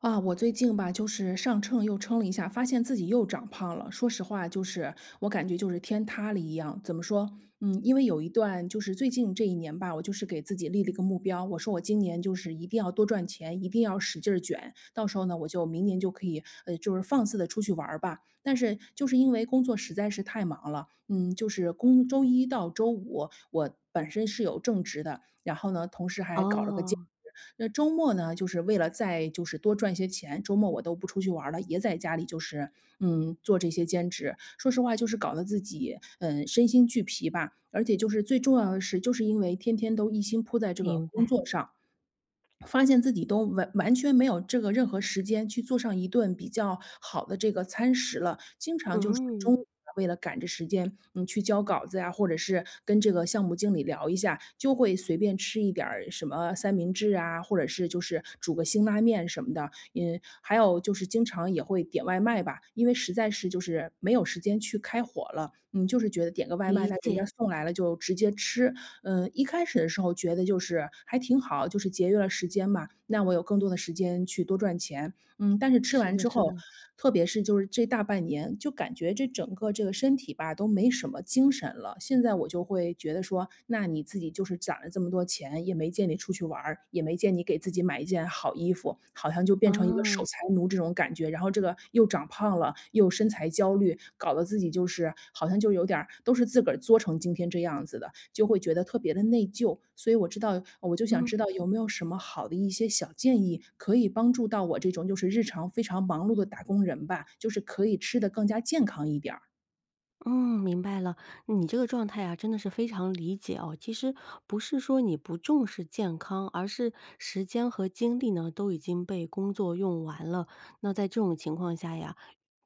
啊，我最近吧，就是上秤又称了一下，发现自己又长胖了。说实话，就是我感觉就是天塌了一样。怎么说？嗯，因为有一段就是最近这一年吧，我就是给自己立了一个目标，我说我今年就是一定要多赚钱，一定要使劲儿卷，到时候呢，我就明年就可以就是放肆的出去玩儿吧。但是就是因为工作实在是太忙了，嗯，就是工周一到周五我本身是有正职的，然后呢，同时还搞了个兼。哦，那周末呢，就是为了再就是多赚一些钱，周末我都不出去玩儿了，也在家里就是嗯做这些兼职。说实话，就是搞得自己嗯身心俱疲吧。而且就是最重要的是，就是因为天天都一心扑在这个明工白，作上，发现自己都完完全没有这个任何时间去做上一顿比较好的这个餐食了，经常就是中嗯，午啊为了赶着时间，去交稿子呀，或者是跟这个项目经理聊一下，就会随便吃一点儿什么三明治啊，或者是就是煮个辛拉面什么的，嗯，还有就是经常也会点外卖吧，因为实在是就是没有时间去开火了，嗯，就是觉得点个外卖，理那人解，家送来了就直接吃，嗯，一开始的时候觉得就是还挺好，就是节约了时间嘛，那我有更多的时间去多赚钱。嗯，但是吃是完的之是的，后，特别是就是这大半年，就感觉这整个这个身体吧都没什么精神了。现在我就会觉得说，那你自己就是攒了这么多钱，也没见你出去玩儿，也没见你给自己买一件好衣服，好像就变成一个啊，守财奴这种感觉。然后这个又长胖。胖了，又身材焦虑，搞得自己就是好像就有点儿都是自个儿作成今天这样子的，就会觉得特别的内疚。所以我知道我就想嗯知道有没有什么好的一些小建议，可以帮助到我这种就是日常非常忙碌的打工人吧，就是可以吃的更加健康一点儿。嗯，明白了。你这个状态啊，真的是非常理解哦。其实不是说你不重视健康，而是时间和精力呢，都已经被工作用完了。那在这种情况下呀，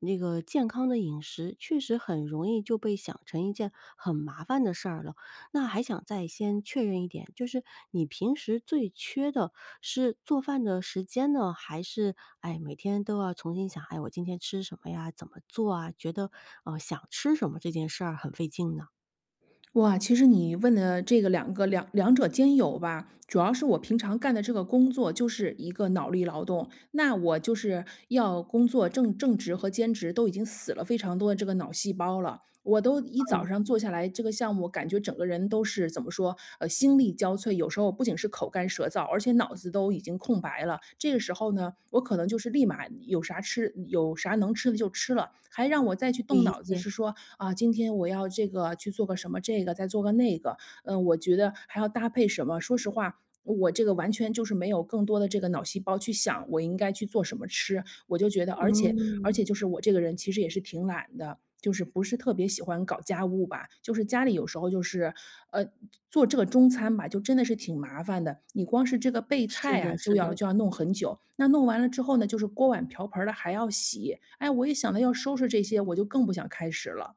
那个健康的饮食确实很容易就被想成一件很麻烦的事儿了。那还想再先确认一点，就是你平时最缺的是做饭的时间呢，还是哎每天都要重新想，哎我今天吃什么呀，怎么做啊？觉得想吃什么这件事儿很费劲呢？哇，其实你问的这个两个两者兼有吧，主要是我平常干的这个工作就是一个脑力劳动，那我就是要工作正职和兼职都已经死了非常多的这个脑细胞了，我都一早上做下来这个项目，感觉整个人都是怎么说，心力交瘁。有时候不仅是口干舌燥，而且脑子都已经空白了。这个时候呢，我可能就是立马有啥吃，有啥能吃的就吃了，还让我再去动理脑子，解，是说啊，今天我要这个去做个什么，这个再做个那个。嗯，我觉得还要搭配什么。说实话，我这个完全就是没有更多的这个脑细胞去想我应该去做什么吃，我就觉得，而且而嗯，且就是我这个人其实也是挺懒的，就是不是特别喜欢搞家务吧，就是家里有时候就是，呃，做这个中餐吧，就真的是挺麻烦的。你光是这个备是菜啊，的，是就的。要就要弄很久。那弄完了之后呢，就是锅碗瓢盆儿的还要洗。哎，我一想到要收拾这些，我就更不想开始了。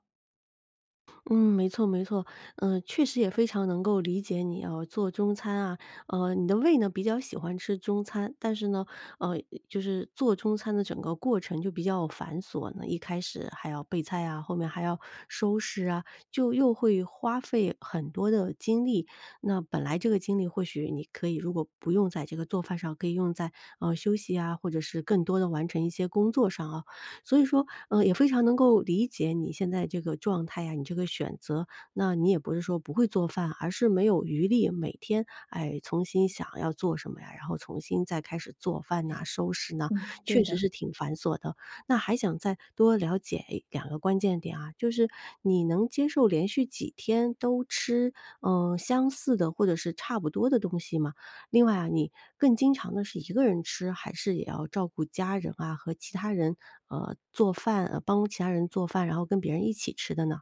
嗯，没错没错，嗯，确实也非常能够理解你啊，做中餐啊，你的胃呢比较喜欢吃中餐，但是呢，呃，就是做中餐的整个过程就比较繁琐呢，一开始还要备菜啊，后面还要收拾啊，就又会花费很多的精力。那本来这个精力或许你可以如果不用在这个做饭上，可以用在休息啊，或者是更多的完成一些工作上啊。所以说，嗯，也非常能够理解你现在这个状态呀，你这个选择。那你也不是说不会做饭，而是没有余力每天，哎，重新想要做什么呀，然后重新再开始做饭呐、收拾呐，嗯，确对实的。是挺繁琐的。那还想再多了解一两个关键点啊，就是你能接受连续几天都吃，嗯、相似的或者是差不多的东西吗？另外啊，你更经常的是一个人吃，还是也要照顾家人啊，和其他人做饭，帮其他人做饭，然后跟别人一起吃的呢？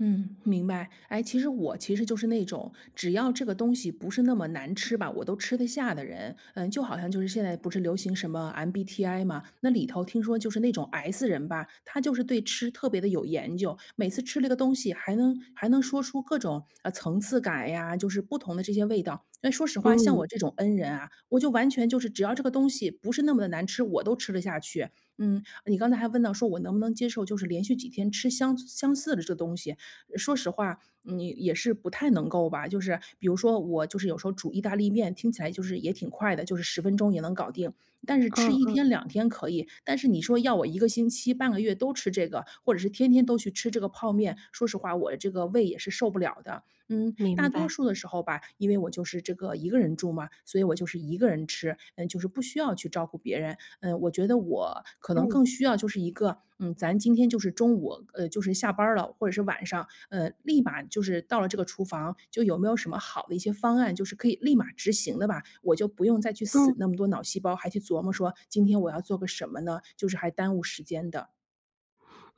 嗯，明白。哎，其实我其实就是那种，只要这个东西不是那么难吃吧，我都吃得下的人。嗯，就好像就是现在不是流行什么 MBTI 嘛，那里头听说就是那种 S 人吧，他就是对吃特别的有研究，每次吃了个东西还能说出各种层次感呀，就是不同的这些味道。那说实话，像嗯，我这种 N 人啊，我就完全就是只要这个东西不是那么的难吃，我都吃得下去。嗯，你刚才还问到说我能不能接受，就是连续几天吃相似的这东西，说实话，你也是不太能够吧。就是比如说我就是有时候煮意大利面，听起来就是也挺快的，就是十分钟也能搞定。但是吃嗯一嗯，天两天可以，但是你说要我一个星期、半个月都吃这个，或者是天天都去吃这个泡面，说实话我这个胃也是受不了的。嗯，明大多白，数的时候吧，因为我就是这个一个人住嘛，所以我就是一个人吃，嗯，就是不需要去照顾别人。嗯，我觉得我可能嗯更需要就是一个，嗯，咱今天就是中午，就是下班儿了，或者是晚上，立马就是到了这个厨房，就有没有什么好的一些方案，就是可以立马执行的吧？我就不用再去嗯。死那么多脑细胞，还去琢磨说今天我要做个什么呢？就是还耽误时间的。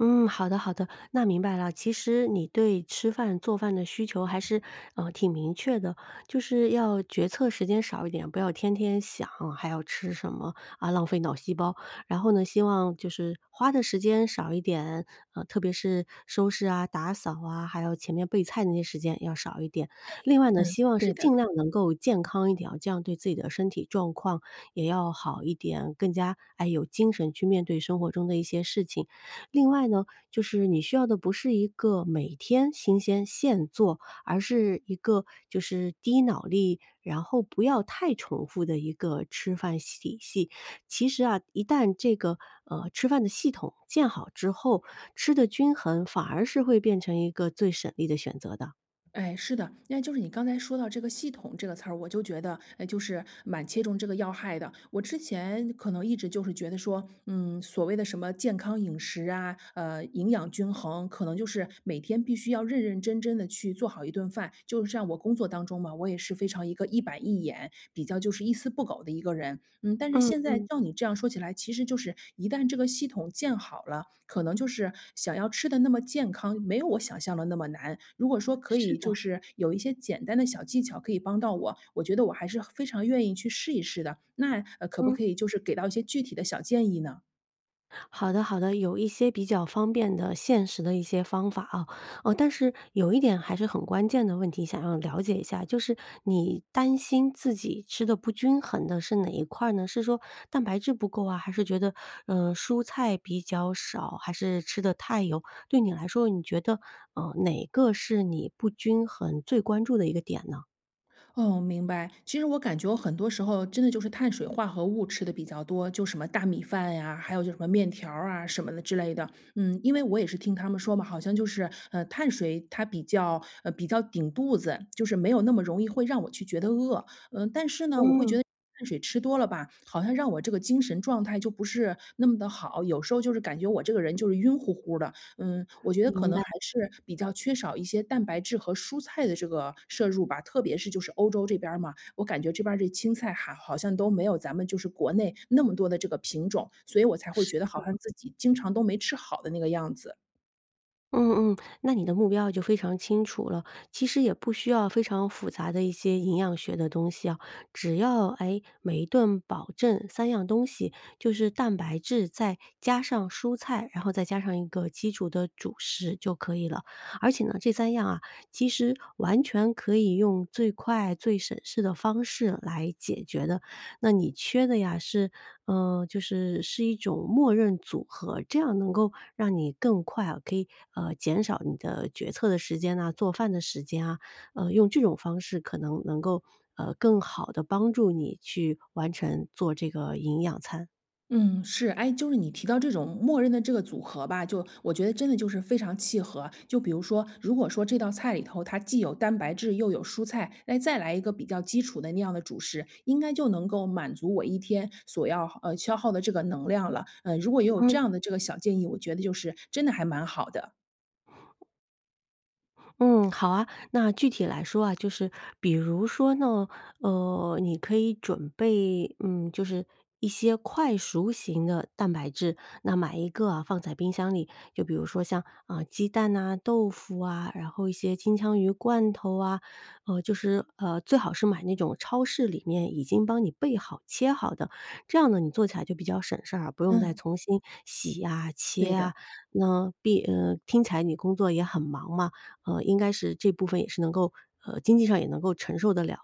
嗯，好的好的，那明白了。其实你对吃饭做饭的需求还是，挺明确的，就是要决策时间少一点，不要天天想还要吃什么啊，浪费脑细胞。然后呢，希望就是花的时间少一点，特别是收拾啊、打扫啊，还有前面备菜那些时间要少一点。另外呢，嗯，希望对是的。尽量能够健康一点啊这样对自己的身体状况也要好一点，更加哎有精神去面对生活中的一些事情。另外呢，就是你需要的不是一个每天新鲜现做，而是一个就是低脑力，然后不要太重复的一个吃饭系体系。其实啊，一旦这个吃饭的系统建好之后，吃的均衡反而是会变成一个最省力的选择的。哎，是的，那就是你刚才说到这个“系统”这个词儿，我就觉得，哎，就是蛮切中这个要害的。我之前可能一直就是觉得说，嗯，所谓的什么健康饮食啊，营养均衡，可能就是每天必须要认认真真的去做好一顿饭。就是像我工作当中嘛，我也是非常一个一板一眼，比较就是一丝不苟的一个人。嗯，但是现嗯，在照你这样说起来，其实就是一旦这个系统建好了，可能就是想要吃的那么健康，没有我想象的那么难。如果说可是以，就的，是有一些简单的小技巧可以帮到我，我觉得我还是非常愿意去试一试的。那可不嗯。可以就是给到一些具体的小建议呢？好的，好的，有一些比较方便的、现实的一些方法啊，哦，但是有一点还是很关键的问题，想要了解一下，就是你担心自己吃的不均衡的是哪一块儿呢？是说蛋白质不够啊，还是觉得嗯蔬菜比较少，还是吃的太油？对你来说，你觉得嗯哪个是你不均衡最关注的一个点呢？哦，明白。其实我感觉我很多时候真的就是碳水化合物吃的比较多，就什么大米饭呀，还有就什么面条儿啊什么的之类的。嗯，因为我也是听他们说嘛，好像就是碳水它比较比较顶肚子，就是没有那么容易会让我去觉得饿。嗯、但是呢，我会觉嗯，得。碳水吃多了吧，好像让我这个精神状态就不是那么的好，有时候就是感觉我这个人就是晕乎乎的，嗯，我觉得可明能白。还是比较缺少一些蛋白质和蔬菜的这个摄入吧，特别是就是欧洲这边儿嘛，我感觉这边儿这青菜哈，好像都没有咱们就是国内那么多的这个品种，所以我才会觉得好像自己经常都没吃好的那个样子。嗯嗯，那你的目标就非常清楚了。其实也不需要非常复杂的一些营养学的东西啊，只要哎每一顿保证三样东西，就是蛋白质再加上蔬菜，然后再加上一个基础的主食就可以了。而且呢，这三样啊，其实完全可以用最快最省事的方式来解决的。那你缺的呀是，就是是一种默认组合，这样能够让你更快啊，可以减少你的决策的时间啊，做饭的时间啊，用这种方式可能能够更好的帮助你去完成做这个营养餐。嗯，是，哎，就是你提到这种默认的这个组合吧，就我觉得真的就是非常契合。就比如说，如果说这道菜里头它既有蛋白质又有蔬菜，那再来一个比较基础的那样的主食，应该就能够满足我一天所要消耗的这个能量了。嗯、如果也有这样的这个小建议，我觉得就是真的还蛮好的。嗯，好啊。那具体来说啊，就是比如说呢，你可以准备，嗯，就是一些快熟型的蛋白质，那买一个啊，放在冰箱里。就比如说像啊、鸡蛋呐、豆腐啊，然后一些金枪鱼罐头啊，就是最好是买那种超市里面已经帮你备好、切好的，这样呢，你做起来就比较省事儿啊，不用再嗯，重新洗啊、切对的，啊。那听起来你工作也很忙嘛。应该是这部分也是能够经济上也能够承受得了。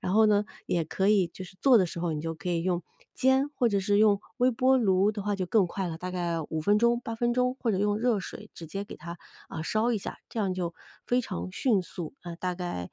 然后呢，也可以就是做的时候，你就可以用煎，或者是用微波炉的话就更快了，大概5分钟、八分钟，或者用热水直接给它，啊，烧一下，这样就非常迅速，啊，大概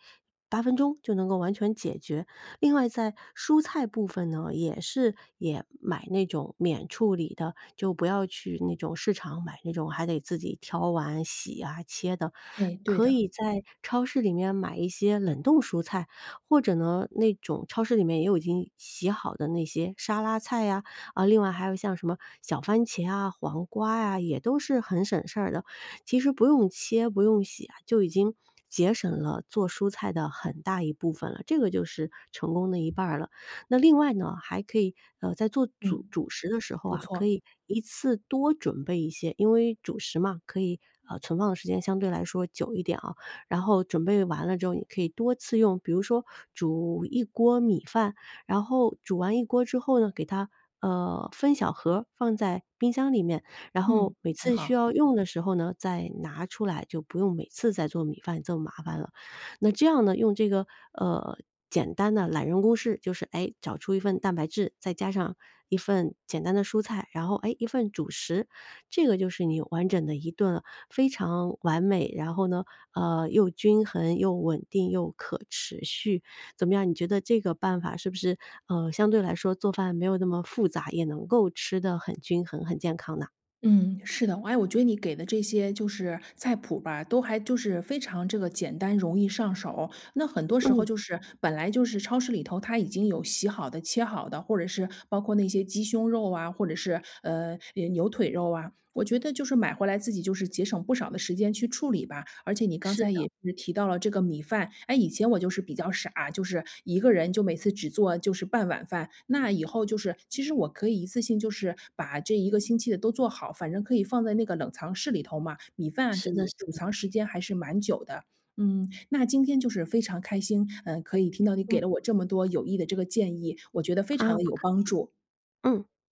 八分钟就能够完全解决。另外在蔬菜部分呢，也是也买那种免处理的，就不要去那种市场买那种还得自己挑完洗啊切的，哎，对可的，以在超市里面买一些冷冻蔬菜，或者呢那种超市里面也有已经洗好的那些沙拉菜呀，啊，另外还有像什么小番茄啊、黄瓜呀，也都是很省事儿的。其实不用切、不用洗啊，就已经节省了做蔬菜的很大一部分了，这个就是成功的一半儿了。那另外呢，还可以，呃，在做主嗯，主食的时候不啊，可错，以一次多准备一些，因为主食嘛，可以存放的时间相对来说久一点啊。然后准备完了之后，你可以多次用，比如说煮一锅米饭，然后煮完一锅之后呢，给它分小盒儿放在冰箱里面，然后嗯，每挺次需好。要用的时候呢，再拿出来，就不用每次再做米饭这么麻烦了。那这样呢，用这个呃简单的懒人公式，就是哎找出一份蛋白质，再加上一份简单的蔬菜，然后哎一份主食，这个就是你完整的一顿了，非常完美。然后呢，又均衡又稳定又可持续，怎么样？你觉得这个办法是不是相对来说做饭没有那么复杂，也能够吃的很均衡、很健康呢？嗯，是的，哎，我觉得你给的这些就是菜谱吧，都还就是非常这个简单，容易上手，那很多时候嗯，就是本来就是超市里头它已经有洗好的、切好的，或者是包括那些鸡胸肉啊，或者是也牛腿肉啊，我觉得就是买回来自己就是节省不少的时间去处理吧。而且你刚是才的，也是提到了这个米饭，哎，以前我就是比较傻，就是一个人就每次只做就是半碗饭。那以后就是其实我可以一次性就是把这一个星期的都做好，反正可以放在那个冷藏室里头嘛。米饭啊是就的，是储的，藏时间还是蛮久的，嗯，那今天就是非常开心，嗯，可以听到你给嗯，了我这么多有益的这个建议，我觉得非常啊，的不有客帮气，助。嗯。